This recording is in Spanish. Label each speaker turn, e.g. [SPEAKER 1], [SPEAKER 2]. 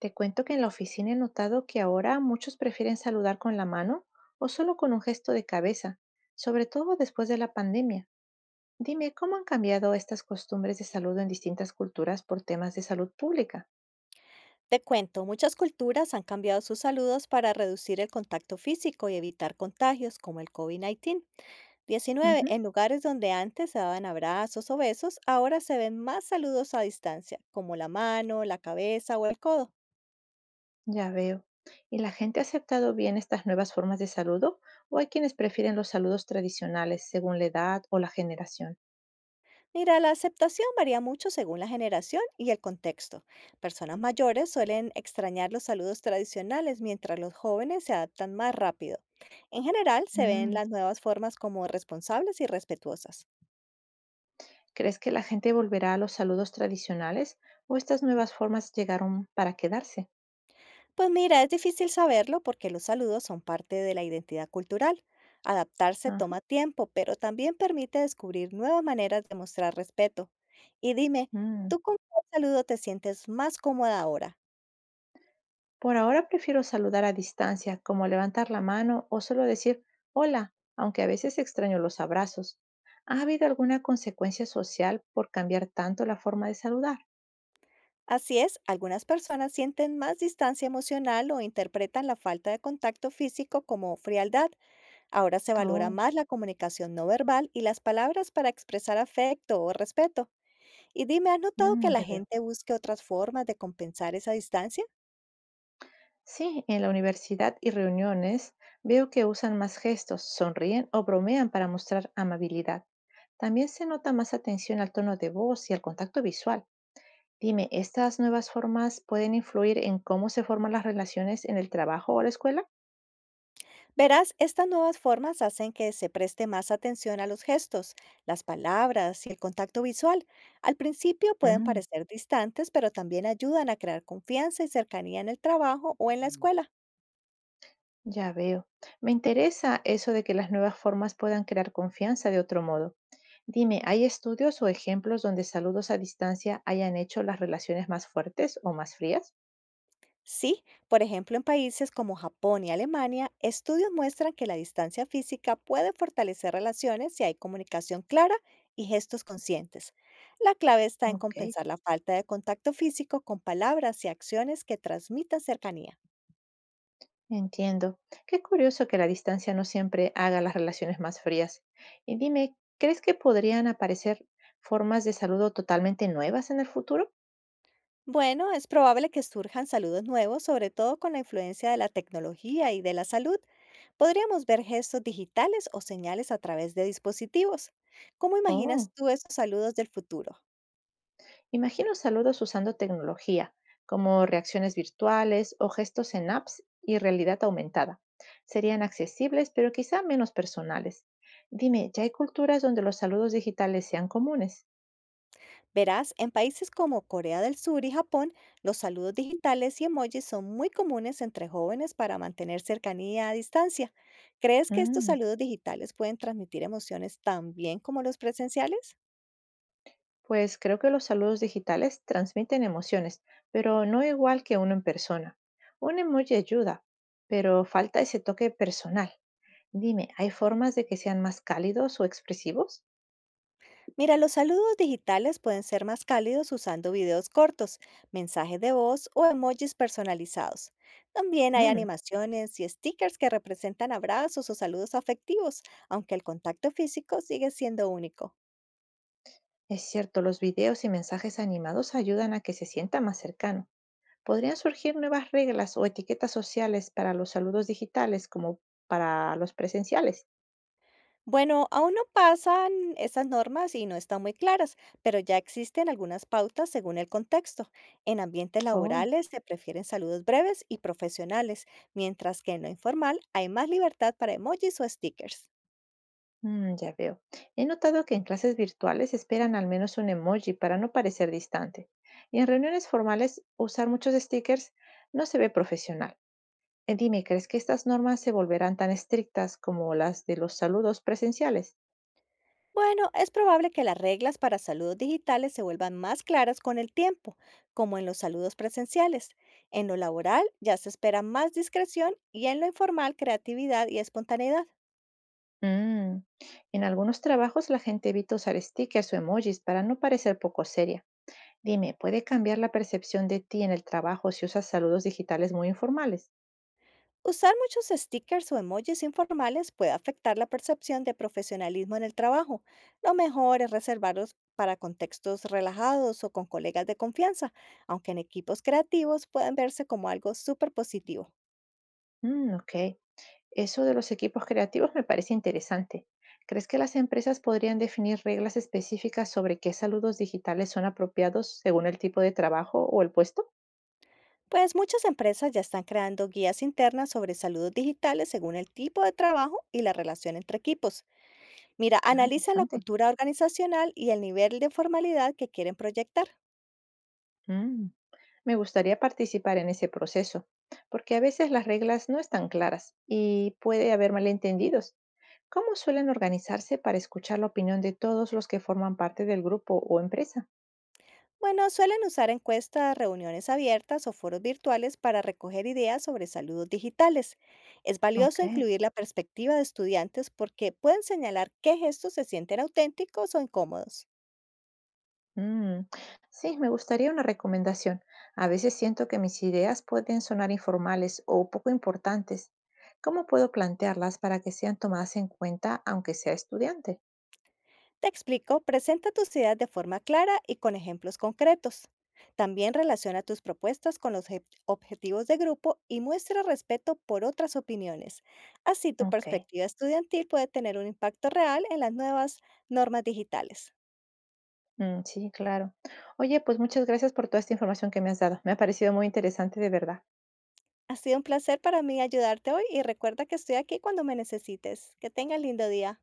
[SPEAKER 1] Te cuento que en la oficina he notado que ahora muchos prefieren saludar con la mano o solo con un gesto de cabeza, sobre todo después de la pandemia. Dime, ¿cómo han cambiado estas costumbres de saludo en distintas culturas por temas de salud pública?
[SPEAKER 2] Te cuento, muchas culturas han cambiado sus saludos para reducir el contacto físico y evitar contagios como el COVID-19.
[SPEAKER 1] Ujú,
[SPEAKER 2] En lugares donde antes se daban abrazos o besos, ahora se ven más saludos a distancia, como la mano, la cabeza o el codo.
[SPEAKER 1] ya veo. ¿Y la gente ha aceptado bien estas nuevas formas de saludo o hay quienes prefieren los saludos tradicionales según la edad o la generación?
[SPEAKER 2] Mira, la aceptación varía mucho según la generación y el contexto. Personas mayores suelen extrañar los saludos tradicionales, mientras los jóvenes se adaptan más rápido. En general, se ven
[SPEAKER 1] Mm.
[SPEAKER 2] las nuevas formas como responsables y respetuosas.
[SPEAKER 1] ¿Crees que la gente volverá a los saludos tradicionales o estas nuevas formas llegaron para quedarse?
[SPEAKER 2] Pues mira, es difícil saberlo porque los saludos son parte de la identidad cultural. Adaptarse
[SPEAKER 1] Ajá.
[SPEAKER 2] toma tiempo, pero también permite descubrir nuevas maneras de mostrar respeto. Y dime,
[SPEAKER 1] mm.
[SPEAKER 2] ¿tú con cuál saludo te sientes más cómoda ahora?
[SPEAKER 1] Por ahora prefiero saludar a distancia, como levantar la mano o solo decir hola, aunque a veces extraño los abrazos. ¿Ha habido alguna consecuencia social por cambiar tanto la forma de saludar?
[SPEAKER 2] Así es, algunas personas sienten más distancia emocional o interpretan la falta de contacto físico como frialdad. Ahora se valora
[SPEAKER 1] Oh,
[SPEAKER 2] más la comunicación no verbal y las palabras para expresar afecto o respeto. Y dime, ¿has notado que la
[SPEAKER 1] ya veo.
[SPEAKER 2] gente busque otras formas de compensar esa distancia?
[SPEAKER 1] Sí, en la universidad y reuniones veo que usan más gestos, sonríen o bromean para mostrar amabilidad. También se nota más atención al tono de voz y al contacto visual. Dime, ¿estas nuevas formas pueden influir en cómo se forman las relaciones en el trabajo o la escuela?
[SPEAKER 2] Verás, estas nuevas formas hacen que se preste más atención a los gestos, las palabras y el contacto visual. Al principio pueden
[SPEAKER 1] Mm.
[SPEAKER 2] parecer distantes, pero también ayudan a crear confianza y cercanía en el trabajo o en la
[SPEAKER 1] Ujú.
[SPEAKER 2] escuela.
[SPEAKER 1] Ya veo. Me interesa eso de que las nuevas formas puedan crear confianza de otro modo. Dime, ¿hay estudios o ejemplos donde saludos a distancia hayan hecho las relaciones más fuertes o más frías?
[SPEAKER 2] Sí, por ejemplo, en países como Japón y Alemania, estudios muestran que la distancia física puede fortalecer relaciones si hay comunicación clara y gestos conscientes. La clave está en
[SPEAKER 1] Ok.
[SPEAKER 2] compensar la falta de contacto físico con palabras y acciones que transmitan cercanía.
[SPEAKER 1] Entiendo. Qué curioso que la distancia no siempre haga las relaciones más frías. Y dime, ¿crees que podrían aparecer formas de saludo totalmente nuevas en el futuro?
[SPEAKER 2] Bueno, es probable que surjan saludos nuevos, sobre todo con la influencia de la tecnología y de la salud. Podríamos ver gestos digitales o señales a través de dispositivos. ¿Cómo imaginas
[SPEAKER 1] Oh.
[SPEAKER 2] tú esos saludos del futuro?
[SPEAKER 1] Imagino saludos usando tecnología, como reacciones virtuales o gestos en apps y realidad aumentada. Serían accesibles, pero quizá menos personales. Dime, ¿ya hay culturas donde los saludos digitales sean comunes?
[SPEAKER 2] Verás, en países como Corea del Sur y Japón, los saludos digitales y emojis son muy comunes entre jóvenes para mantener cercanía a distancia. ¿Crees que estos
[SPEAKER 1] Mm,
[SPEAKER 2] saludos digitales pueden transmitir emociones tan bien como los presenciales?
[SPEAKER 1] pues creo que los saludos digitales transmiten emociones, pero no igual que uno en persona. Un emoji ayuda, pero falta ese toque personal. Dime, ¿hay formas de que sean más cálidos o expresivos?
[SPEAKER 2] Mira, los saludos digitales pueden ser más cálidos usando videos cortos, mensajes de voz o emojis personalizados. También hay
[SPEAKER 1] Mm.
[SPEAKER 2] animaciones y stickers que representan abrazos o saludos afectivos, aunque el contacto físico sigue siendo único.
[SPEAKER 1] Es cierto, los videos y mensajes animados ayudan a que se sienta más cercano. Podrían surgir nuevas reglas o etiquetas sociales para los saludos digitales como para los presenciales.
[SPEAKER 2] Bueno, aún no pasan esas normas y no están muy claras, pero ya existen algunas pautas según el contexto. En ambientes
[SPEAKER 1] Oh,
[SPEAKER 2] laborales se prefieren saludos breves y profesionales, mientras que en lo informal hay más libertad para emojis o stickers.
[SPEAKER 1] ya veo. He notado que en clases virtuales esperan al menos un emoji para no parecer distante. Y en reuniones formales, usar muchos stickers no se ve profesional. Dime, ¿crees que estas normas se volverán tan estrictas como las de los saludos presenciales?
[SPEAKER 2] Bueno, es probable que las reglas para saludos digitales se vuelvan más claras con el tiempo, como en los saludos presenciales. En lo laboral ya se espera más discreción y en lo informal creatividad y espontaneidad.
[SPEAKER 1] Mm. En algunos trabajos la gente evita usar stickers o emojis para no parecer poco seria. Dime, ¿puede cambiar la percepción de ti en el trabajo si usas saludos digitales muy informales?
[SPEAKER 2] Usar muchos stickers o emojis informales puede afectar la percepción de profesionalismo en el trabajo. Lo mejor es reservarlos para contextos relajados o con colegas de confianza, aunque en equipos creativos pueden verse como algo súper positivo.
[SPEAKER 1] Mm, ok. Eso de los equipos creativos me parece interesante. ¿Crees que las empresas podrían definir reglas específicas sobre qué saludos digitales son apropiados según el tipo de trabajo o el puesto?
[SPEAKER 2] Pues muchas empresas ya están creando guías internas sobre saludos digitales según el tipo de trabajo y la relación entre equipos. Mira,
[SPEAKER 1] Ah,
[SPEAKER 2] analiza la
[SPEAKER 1] interesante.
[SPEAKER 2] cultura organizacional y el nivel de formalidad que quieren proyectar.
[SPEAKER 1] Mm. Me gustaría participar en ese proceso, porque a veces las reglas no están claras y puede haber malentendidos. ¿Cómo suelen organizarse para escuchar la opinión de todos los que forman parte del grupo o empresa?
[SPEAKER 2] Bueno, suelen usar encuestas, reuniones abiertas o foros virtuales para recoger ideas sobre saludos digitales. Es valioso
[SPEAKER 1] Ok.
[SPEAKER 2] incluir la perspectiva de estudiantes porque pueden señalar qué gestos se sienten auténticos o incómodos.
[SPEAKER 1] mm, Sí, me gustaría una recomendación. A veces siento que mis ideas pueden sonar informales o poco importantes. ¿Cómo puedo plantearlas para que sean tomadas en cuenta aunque sea estudiante?
[SPEAKER 2] Te explico, presenta tus ideas de forma clara y con ejemplos concretos. También relaciona tus propuestas con los objetivos de grupo y muestra respeto por otras opiniones. Así tu
[SPEAKER 1] Ok.
[SPEAKER 2] perspectiva estudiantil puede tener un impacto real en las nuevas normas digitales.
[SPEAKER 1] Mm, sí, claro. Oye, pues muchas gracias por toda esta información que me has dado. Me ha parecido muy interesante, de verdad.
[SPEAKER 2] Ha sido un placer para mí ayudarte hoy y recuerda que estoy aquí cuando me necesites. Que tengas lindo día.